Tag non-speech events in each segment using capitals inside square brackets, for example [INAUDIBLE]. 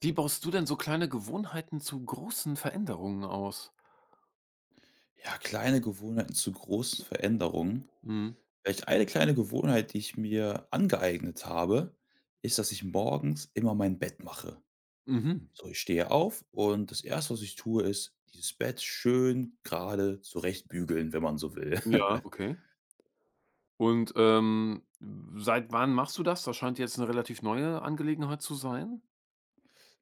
Wie baust du denn so kleine Gewohnheiten zu großen Veränderungen aus? Ja, kleine Gewohnheiten zu großen Veränderungen. Mhm. Vielleicht eine kleine Gewohnheit, die ich mir angeeignet habe, ist, dass ich morgens immer mein Bett mache. Mhm. So, ich stehe auf und das Erste, was ich tue, ist, dieses Bett schön gerade zurechtbügeln, wenn man so will. Ja, [LAUGHS] okay. Und, seit wann machst du das? Das scheint jetzt eine relativ neue Angelegenheit zu sein.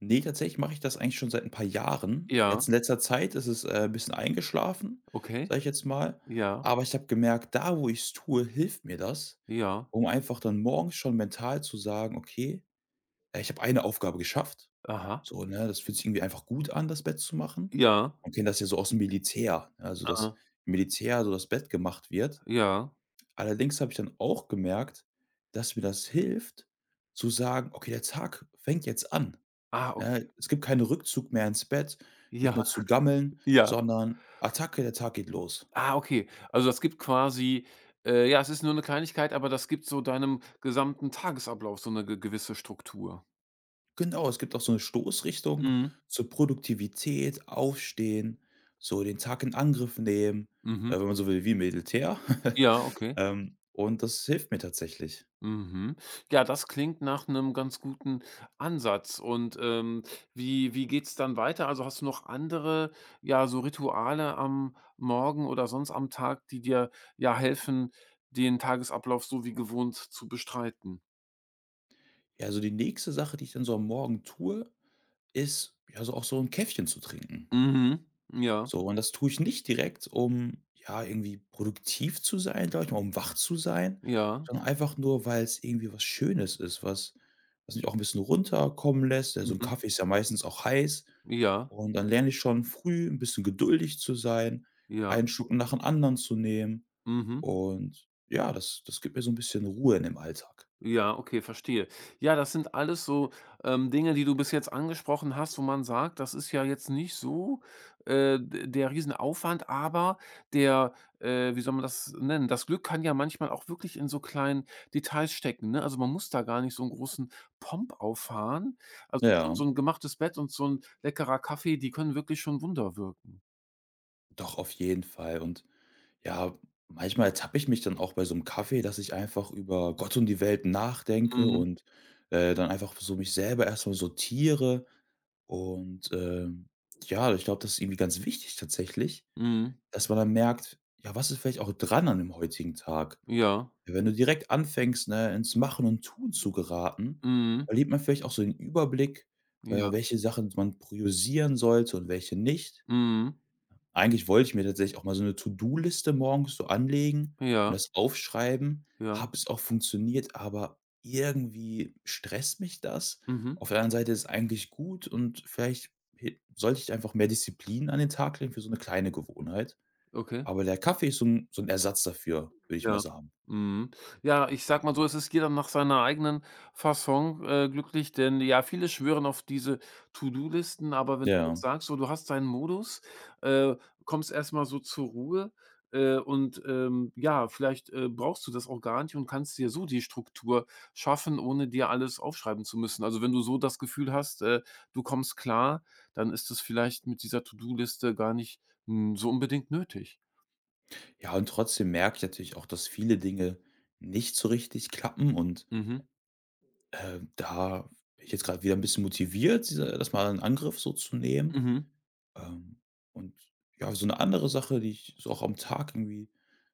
Nee, tatsächlich mache ich das eigentlich schon seit ein paar Jahren. Jetzt Ja, in letzter Zeit ist es ein bisschen eingeschlafen, okay. sage ich jetzt mal. Ja, Aber ich habe gemerkt, da, wo ich es tue, hilft mir das, ja. um einfach dann morgens schon mental zu sagen, okay, ich habe eine Aufgabe geschafft. Aha. So, ne? Das fühlt sich irgendwie einfach gut an, das Bett zu machen. Ja. Man kennt das ja so aus dem Militär, ne, also, dass Aha. im Militär so das Bett gemacht wird. Ja. Allerdings habe ich dann auch gemerkt, dass mir das hilft, zu sagen: „Okay, der Tag fängt jetzt an.“ Ah, okay. Ne? Es gibt keinen Rückzug mehr ins Bett, nicht Ja, mehr zu gammeln, ja. sondern Attacke, der Tag geht los. Ah, okay. Also, das gibt quasi ja, es ist nur eine Kleinigkeit, aber das gibt so deinem gesamten Tagesablauf so eine ge gewisse Struktur. Genau, es gibt auch so 'ne Stoßrichtung Mhm. zur Produktivität, Aufstehen, so den Tag in Angriff nehmen, Mhm. Wenn man so will, wie im Militär. [LAUGHS] Ja, okay. Und das hilft mir tatsächlich. Mhm. Ja, das klingt nach einem ganz guten Ansatz. Und, wie geht's dann weiter? Also, hast du noch andere, ja, so Rituale am Morgen oder sonst am Tag, die dir, ja, helfen, den Tagesablauf so wie gewohnt zu bestreiten? Ja, also die nächste Sache, die ich dann so am Morgen tue, ist, ja, so auch so 'n Käffchen zu trinken. Mhm. Ja, So, und das tue ich nicht direkt, um, ja, irgendwie produktiv zu sein, glaube ich mal, um wach zu sein, ja. sondern einfach nur, weil es irgendwie was Schönes ist, was mich auch ein bisschen runterkommen lässt. Ja, so 'n Mhm. Kaffee ist ja meistens auch heiß Ja, und dann lerne ich schon früh ein bisschen geduldig zu sein, ja. einen Schluck nach dem anderen zu nehmen Mhm. und ja, das gibt mir so ein bisschen Ruhe in dem Alltag. Ja, okay, verstehe. Ja, das sind alles so, Dinge, die du bis jetzt angesprochen hast, wo man sagt, das ist ja jetzt nicht so, d der Riesenaufwand, aber der, wie soll man das nennen, das Glück kann ja manchmal auch wirklich in so kleinen Details stecken, ne? Also, man muss da gar nicht so einen großen Pomp auffahren. Also, schon so Ja, ein gemachtes Bett und so ein leckerer Kaffee, die können wirklich schon Wunder wirken. doch, auf jeden Fall und ja, manchmal ertappe ich mich dann auch bei so 'nem Kaffee, dass ich einfach über Gott und die Welt nachdenke Mhm, und, dann einfach so mich selber erst mal sortiere. Und, ähm, ja, ich glaube, das ist irgendwie ganz wichtig tatsächlich, mhm, dass man dann merkt: „Ja, was ist vielleicht auch dran an dem heutigen Tag?“ ja, Ja, wenn du direkt anfängst, ne, ins Machen und Tun zu geraten, mhm, verliert man vielleicht auch so den Überblick, ja, welche Sachen man priorisieren sollte und welche nicht. mhm, Eigentlich wollte ich mir tatsächlich auch mal so 'ne To-do-Liste morgens so anlegen ja, und das aufschreiben, ja, habe es auch funktioniert, aber irgendwie stresst mich das. mhm, Auf der anderen Seite ist es eigentlich gut und vielleicht he sollte ich einfach mehr Disziplin an den Tag legen für so 'ne kleine Gewohnheit. okay. Aber der Kaffee ist so 'n Ersatz dafür, würde ich mal Ja. sagen. Mhm. Ja, ich sag mal so, es ist jeder nach seiner eigenen Fasson, glücklich, denn ja, viele schwören auf diese To-do-Listen, aber wenn du jetzt Ja. sagst, so, du hast deinen Modus, äh, kommst erst mal so zur Ruhe, und, ja, vielleicht, brauchst du das auch gar nicht und kannst dir so die Struktur schaffen, ohne dir alles aufschreiben zu müssen. Also, wenn du so das Gefühl hast, du kommst klar, dann ist es vielleicht mit dieser To-do-Liste gar nicht, so unbedingt nötig. Ja, und trotzdem merke ich natürlich auch, dass viele Dinge nicht so richtig klappen und, Mhm. Da bin ich jetzt grad wieder 'n bisschen motiviert, diese das mal in Angriff so zu nehmen. Mhm. Ähm, und ja, so eine andere Sache, die ich so auch am Tag irgendwie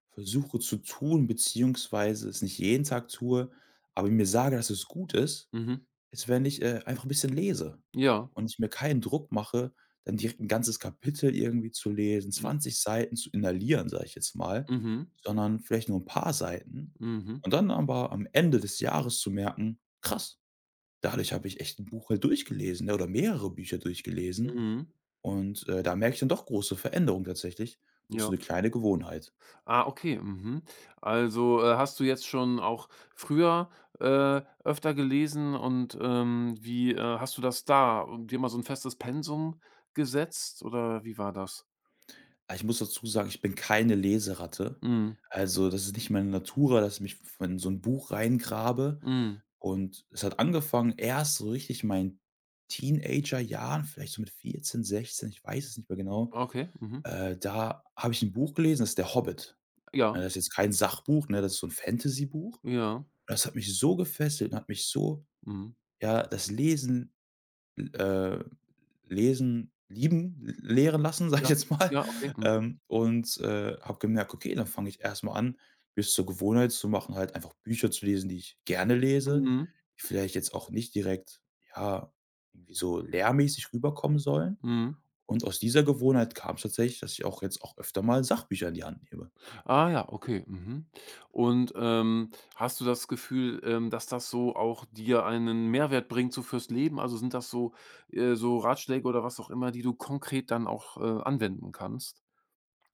versuche zu tun, beziehungsweise es nicht jeden Tag tue, aber mir sage, dass es gut ist, Mhm. ist, wenn ich, einfach ein bisschen lese Ja. und ich mir keinen Druck mache, dann direkt ein ganzes Kapitel irgendwie zu lesen, M 20 Seiten zu inhalieren, sage ich jetzt mal, mhm, sondern vielleicht nur ein paar Seiten mhm, und dann aber am Ende des Jahres zu merken: „Krass, dadurch habe ich echt ein Buch halt durchgelesen, ne, oder mehrere Bücher durchgelesen.“ mhm. Und, da merke ich dann doch große Veränderungen tatsächlich durch Ja. so eine kleine Gewohnheit. Ah, okay, mhm. Also, hast du jetzt schon auch früher, öfter gelesen und, wie, hast du das da dir mal so 'n festes Pensum gesetzt oder wie war das? Aber ich muss dazu sagen, ich bin keine Leseratte. Mhm, Also, das ist nicht meine Natura, dass ich mich in so ein Buch reingrabe. mhm. Und es hat angefangen erst so richtig in meinen Teenagerjahren, vielleicht so mit 14, 16, ich weiß es nicht mehr genau. Okay, mhm. Da habe ich ein Buch gelesen, das ist der Hobbit. Ja, Ja, das ist jetzt kein Sachbuch, ne? Das ist so 'n Fantasybuch. ja, Das hat mich so gefesselt und hat mich so mhm. ja, das Lesen Äh, Lesen lieben lehren lassen, [LAUGHS] sage Ja, ich jetzt mal, ja, okay, mhm, und, habe gemerkt: „Okay, dann fange ich erst mal an, mir es zur Gewohnheit zu machen, halt einfach Bücher zu lesen, die ich gerne lese, mhm, die vielleicht jetzt auch nicht direkt, ja, irgendwie so lehrmäßig rüberkommen sollen.“ mhm. Und aus dieser Gewohnheit kam's tatsächlich, dass ich auch jetzt auch öfter mal Sachbücher in die Hand nehme. Ah ja, okay. Mhm. Und, hast du das Gefühl, dass das so auch dir einen Mehrwert bringt so fürs Leben? Also, sind das so Ratschläge oder was auch immer, die du konkret dann auch, anwenden kannst?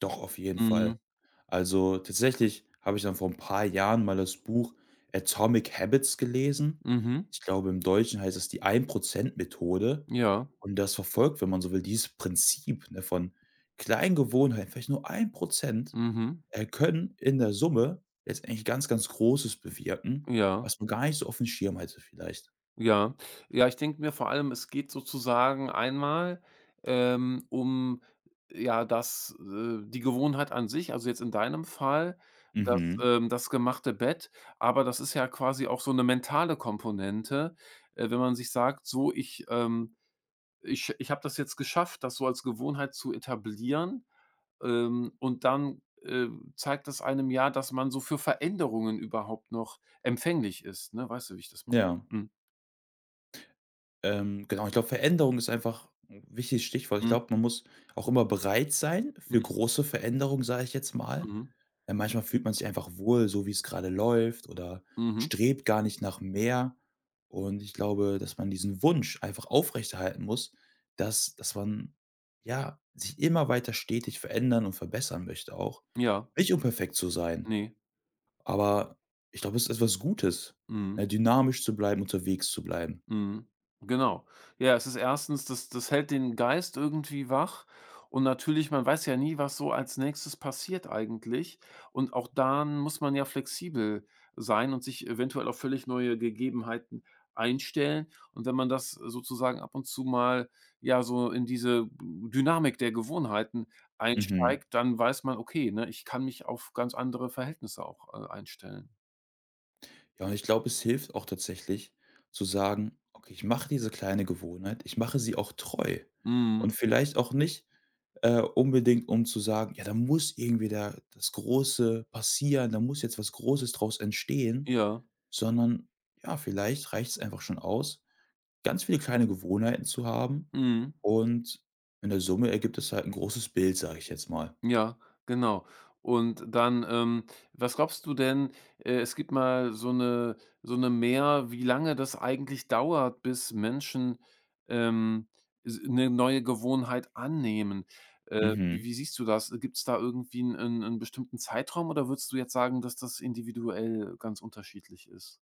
Doch, auf jeden Fall. Mhm. Also, tatsächlich habe ich dann vor ein paar Jahren mal das Buch „Atomic Habits“ gelesen. Mhm. Ich glaube, im Deutschen heißt es „Die ein Prozent Methode“ Ja. und das verfolgt, wenn man so will, dieses Prinzip, ne, von kleinen Gewohnheiten, vielleicht nur 1 Mhm. Können in der Summe letztendlich ganz, ganz Großes bewirken, Ja. was man gar nicht so aufm Schirm hatte vielleicht. Ja. Ja, ich denke mir vor allem, es geht sozusagen einmal, um, ja, das die Gewohnheit an sich, also jetzt in deinem Fall, das Mhm. ähm, das gemachte Bett, aber das ist ja quasi auch so eine mentale Komponente, wenn man sich sagt: „So, ich habe das jetzt geschafft, das so als Gewohnheit zu etablieren." Und dann, zeigt das einem ja, dass man so für Veränderungen überhaupt noch empfänglich ist, ne? Weißt du, wie ich das Ja. meine? Mhm. Genau, ich glaube, Veränderung ist einfach 'n wichtiges Stichwort. Ich Mhm. glaube, man muss auch immer bereit sein für große Veränderungen, sage ich jetzt mal. Mhm. Manchmal fühlt man sich einfach wohl, so wie es gerade läuft oder Mhm. strebt gar nicht nach mehr. Und ich glaube, dass man diesen Wunsch einfach aufrechterhalten muss, dass man, ja, sich immer weiter stetig verändern und verbessern möchte auch. Ja. Nicht um perfekt zu sein, Ne. aber ich glaube, es ist etwas Gutes, Mhm. ne, dynamisch zu bleiben, unterwegs zu bleiben. Mhm. Genau. Ja, es ist erstens das, das hält den Geist irgendwie wach, und natürlich man weiß ja nie, was so als Nächstes passiert eigentlich, und auch dann muss man ja flexibel sein und sich eventuell auf völlig neue Gegebenheiten einstellen, und wenn man das sozusagen ab und zu mal, ja, so in diese Dynamik der Gewohnheiten Mhm. einsteigt, dann weiß man: „Okay, ne, ich kann mich auf ganz andere Verhältnisse auch, einstellen." Ja, und ich glaube, es hilft auch tatsächlich zu sagen: „Okay, ich mache diese kleine Gewohnheit, ich mache sie auch treu.“ Mhm. Und vielleicht auch nicht, unbedingt, um zu sagen: „Ja, da muss irgendwie da das Große passieren, da muss jetzt was Großes draus entstehen“, Ja, sondern ja, vielleicht reicht es einfach schon aus, ganz viele kleine Gewohnheiten zu haben mhm. und in der Summe ergibt es halt ein großes Bild, sage ich jetzt mal. Ja, genau. Und dann, was glaubst du denn, es gibt mal so eine mehr, wie lange das eigentlich dauert, bis Menschen, ähm, s 'ne neue Gewohnheit annehmen. Äh, wie Mhm. wie siehst du das? Gibt es da irgendwie einen 'n 'n bestimmten Zeitraum oder würdest du jetzt sagen, dass das individuell ganz unterschiedlich ist?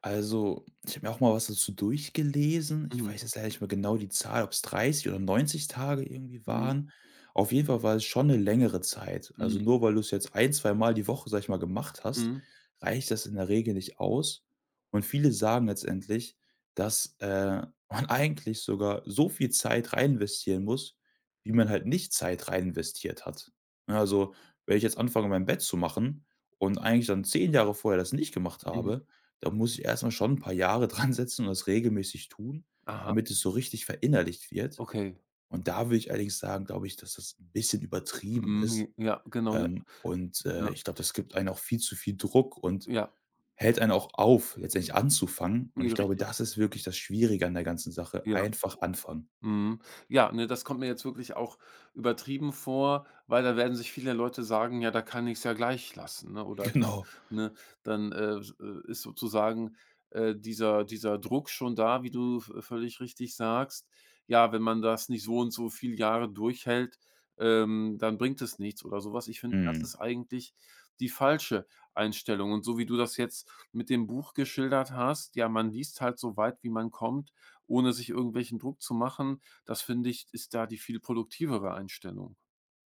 Also, ich habe mir auch mal was dazu durchgelesen. Ich Mhm, weiß jetzt leider nicht mehr genau die Zahl, ob es 30 oder 90 Tage irgendwie mhm, waren. Auf jeden Fall war es schon 'ne längere Zeit. Also, mhm, nur weil du es jetzt ein, zweimal die Woche, sage ich mal, gemacht hast, mhm, reicht das in der Regel nicht aus. Und viele sagen letztendlich, dass, man eigentlich sogar so viel Zeit rein investieren muss, wie man halt nicht Zeit rein investiert hat. Ne, also, wenn ich jetzt anfange, mein Bett zu machen und eigentlich dann 10 Jahre vorher das nicht gemacht mhm. habe, da muss ich erst mal schon ein paar Jahre [LAUGHS] dran setzen und das regelmäßig tun, Aha, damit es so richtig verinnerlicht wird. okay. Und da will ich allerdings sagen, glaube ich, dass das ein bisschen übertrieben ist. Mhm, ja, genau, ja, Ähm, und, ja, äh, ich glaube, das gibt einen auch viel zu viel Druck und ja, hält einen auch auf, letztendlich anzufangen. Und ja, ich glaube, richtig. das ist wirklich das Schwierige an der ganzen Sache, Ja. einfach anfangen. Mhm. Ja, ne, das kommt mir jetzt wirklich auch übertrieben vor, weil da werden sich viele Leute sagen: „Ja, da kann ich es ja gleich lassen", ne? [LAUGHS] Oder, Genau. ne, dann, s ist sozusagen, dieser Druck schon da, wie du v völlig richtig sagst. Ja, wenn man das nicht so und so viele Jahre durchhält, dann bringt es nichts oder sowas. Ich finde, das Mhm. ist eigentlich die falsche Einstellung. Und so wie du das jetzt mit dem Buch geschildert hast, ja, man liest halt so weit, wie man kommt, ohne sich irgendwelchen Druck zu machen. Das finde ich, ist da die viel produktivere Einstellung.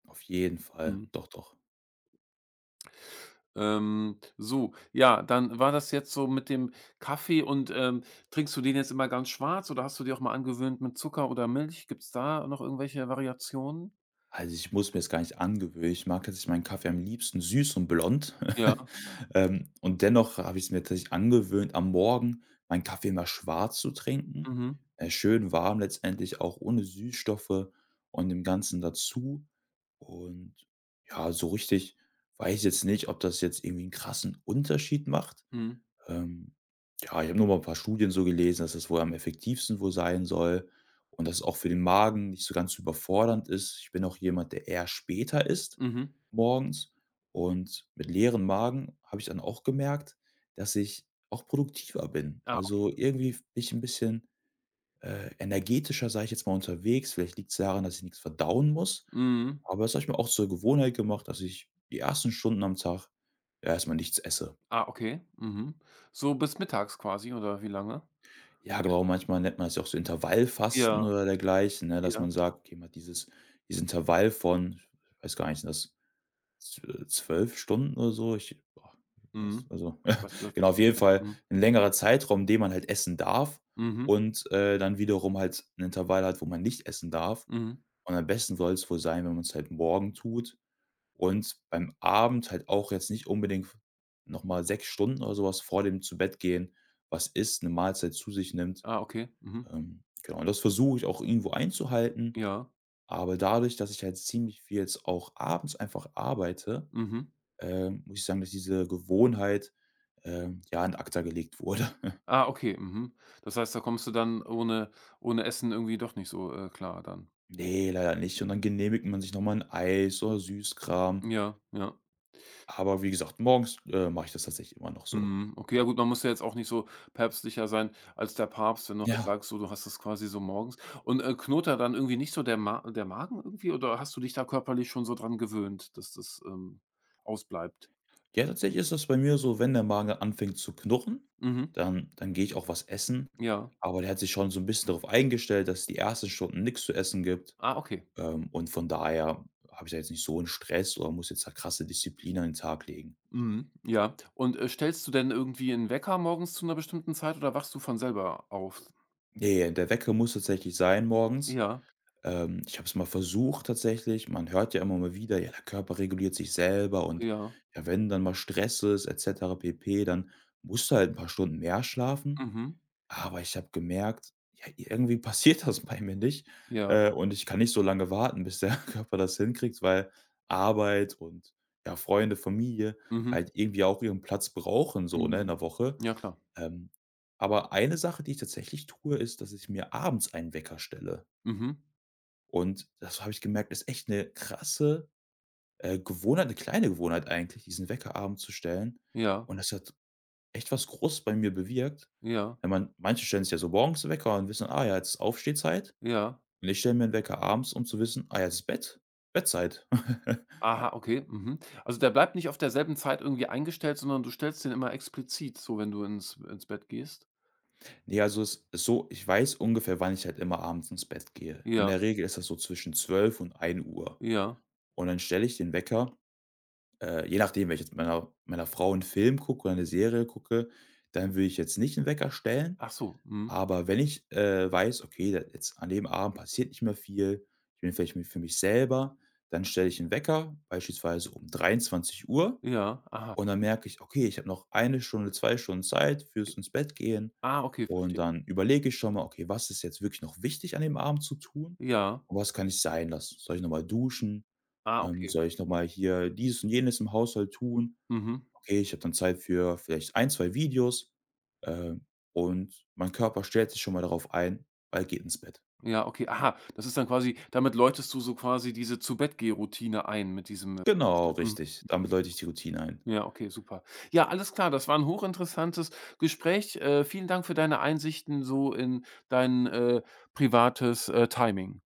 Auf jeden Fall. Mhm. Doch, doch. So, ja, dann war das jetzt so mit dem Kaffee, und, trinkst du den jetzt immer ganz schwarz oder hast du dir auch mal angewöhnt mit Zucker oder Milch? Gibt's da noch irgendwelche Variationen? Also, ich muss mir das gar nicht angewöhnen. Ich mag tatsächlich meinen Kaffee am liebsten süß und blond. [LAUGHS] Ja, Und dennoch habe ich es mir tatsächlich angewöhnt, am Morgen meinen Kaffee immer schwarz zu trinken, mhm, schön warm letztendlich, auch ohne Süßstoffe und dem Ganzen dazu. Und ja, so richtig weiß ich jetzt nicht, ob das jetzt irgendwie einen krassen Unterschied macht. mhm, Ähm, ja, ich habe nur mal ein paar Studien so gelesen, dass es wohl am effektivsten wohl sein soll und dass es auch für den Magen nicht so ganz so überfordernd ist. Ich bin auch jemand, der eher später isst mhm. morgens und mit leeren Magen habe ich dann auch gemerkt, dass ich auch produktiver bin. Ah, Also, irgendwie bin ich ein bisschen, energetischer, sage ich jetzt mal, unterwegs. Vielleicht liegt es daran, dass ich nichts verdauen muss, mhm. aber das habe ich mir auch zur Gewohnheit gemacht, dass ich die ersten Stunden am Tag erst mal nichts esse. Ah, okay, mhm. So bis mittags quasi oder wie lange? Ja, genau, manchmal nennt man es ja auch so Ja, Intervallfasten oder dergleichen, ne, dass ja, man sagt, okay, man hat dieses Intervall von, ich weiß gar nicht, sind das zw 12 Stunden oder so? Ich boah, weiß mhm. also, Was was [LAUGHS] genau, auf jeden Fall mhm, ein längerer Zeitraum, den man halt essen darf mhm, und, dann wiederum halt ein Intervall hat, wo man nicht essen darf. mhm. Und am besten soll es wohl sein, wenn man es halt morgen tut und beim Abend halt auch jetzt nicht unbedingt f noch mal 6 Stunden oder sowas vor dem Zu-Bett-Gehen was isst, eine Mahlzeit zu sich nimmt. Ah, okay, mhm, Genau, und das versuche ich auch irgendwo einzuhalten, ja, aber dadurch, dass ich halt ziemlich viel jetzt auch abends einfach arbeite, mhm. Muss ich sagen, dass diese Gewohnheit, ja, in Acta gelegt wurde. [LAUGHS] Ah, okay, mhm. Das heißt, da kommst du dann ohne Essen irgendwie doch nicht so, klar dann. Nee, leider nicht. Und dann genehmigt man sich noch mal Eis oder Süßkram. Ja, ja. Aber wie gesagt, morgens, mache ich das tatsächlich immer noch so. Mhm. Okay, ja gut, man muss ja jetzt auch nicht so päpstlicher sein als der Papst, wenn du halt Ja. sagst, so, du hast das quasi so morgens. Und, knurrt da dann irgendwie nicht so der Magen irgendwie oder hast du dich da körperlich schon so dran gewöhnt, dass das, ausbleibt? Ja, tatsächlich ist das bei mir so, wenn der Magen anfängt zu knurren, Mhm. dann gehe ich auch was essen. Ja. Aber der hat sich schon so ein bisschen darauf eingestellt, dass es die ersten Stunden nichts zu essen gibt. Ah, okay. Von daher habe ich da jetzt nicht so einen Stress oder muss jetzt da krasse Disziplin an den Tag legen. Mhm. Ja. Und, stellst du denn irgendwie 'n Wecker morgens zu einer bestimmten Zeit oder wachst du von selber auf? Nee, der Wecker muss tatsächlich sein morgens. Ja, Ich habe es mal versucht tatsächlich. Man hört ja immer mal wieder: „Ja, der Körper reguliert sich selber“ und ja. ja, wenn dann mal Stress ist et cetera pp., dann musst du halt ein paar Stunden mehr schlafen. Mhm. Aber ich habe gemerkt, ja, irgendwie [LAUGHS] passiert das bei mir nicht, Ja. Und ich kann nicht so lange warten, bis der [LAUGHS] Körper das hinkriegt, weil Arbeit und, ja, Freunde, Familie Mhm. halt irgendwie auch ihren Platz brauchen so, ne, in Mhm. der Woche. Ja klar. Ähm, aber eine Sache, die ich tatsächlich tue, ist, dass ich mir abends einen Wecker stelle. Mhm. Und das habe ich gemerkt, ist echt eine krasse, Gewohnheit eine kleine Gewohnheit eigentlich, diesen Wecker abends zu stellen. Ja, Und das hat echt was Großes bei mir bewirkt, ja, wenn man manche stellen sich ja so morgens 'n Wecker und wissen: „Ah ja, jetzt ist Aufstehzeit.“ ja. Und ich stelle mir einen Wecker abends, um zu wissen: „Ah, ja, jetzt ist Bettzeit.“ [LAUGHS] Aha, okay. Mhm. Also, der bleibt nicht auf derselben Zeit irgendwie eingestellt, sondern du stellst den immer explizit so, wenn du ins Bett gehst? Ne, also es ist so, ich weiß ungefähr, wann ich halt immer abends ins Bett gehe. In Ja, der Regel ist das so zwischen 12 und ein Uhr. ja. Und dann stelle ich den Wecker, je nachdem, wenn ich jetzt mit meiner Frau einen Film gucke oder eine Serie gucke, dann würde ich jetzt nicht einen Wecker stellen. Ach so, mhm. Aber wenn ich, weiß: „Okay, da jetzt an dem Abend passiert nicht mehr viel, ich bin vielleicht mi für mich selber“, dann stelle ich einen Wecker, beispielsweise um 23 Uhr Ja, aha. und dann merke ich: „Okay, ich habe noch eine Stunde, 2 Stunden Zeit fürs Ins-Bett-Gehen“ Ah, okay, und verstehe. dann überlege ich schon mal: „Okay, was ist jetzt wirklich noch wichtig an dem Abend zu tun Ja. und was kann ich sein lassen? Soll ich noch mal duschen? Ah, Ähm, okay. soll ich noch mal hier dieses und jenes im Haushalt tun?“ Mhm. Okay, ich habe dann Zeit für vielleicht ein, 2 Videos, ähm, und mein Körper stellt sich schon mal darauf ein, weil er geht ins Bett. Ja, okay. Aha, das ist dann quasi, damit läutest du so quasi diese Zu-Bett-Geh-Routine ein mit diesem, Genau, mhm. richtig. Damit läute ich die Routine ein. Ja, okay, super. Ja, alles klar, das war ein hochinteressantes Gespräch. Vielen Dank für deine Einsichten so in dein, privates, Timing.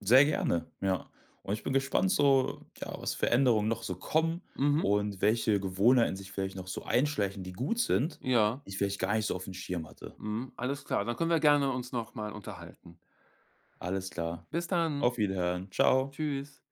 Sehr gerne, ja. Und ich bin gespannt so, ja, was für Änderungen noch so kommen Mhm. und welche Gewohnheiten sich vielleicht noch so einschleichen, die gut sind, Ja. die ich vielleicht gar nicht so aufm Schirm hatte. Mhm. Alles klar. Dann können wir gerne uns noch mal unterhalten. Alles klar. Bis dann. Auf Wiederhören. Ciao. Tschüss.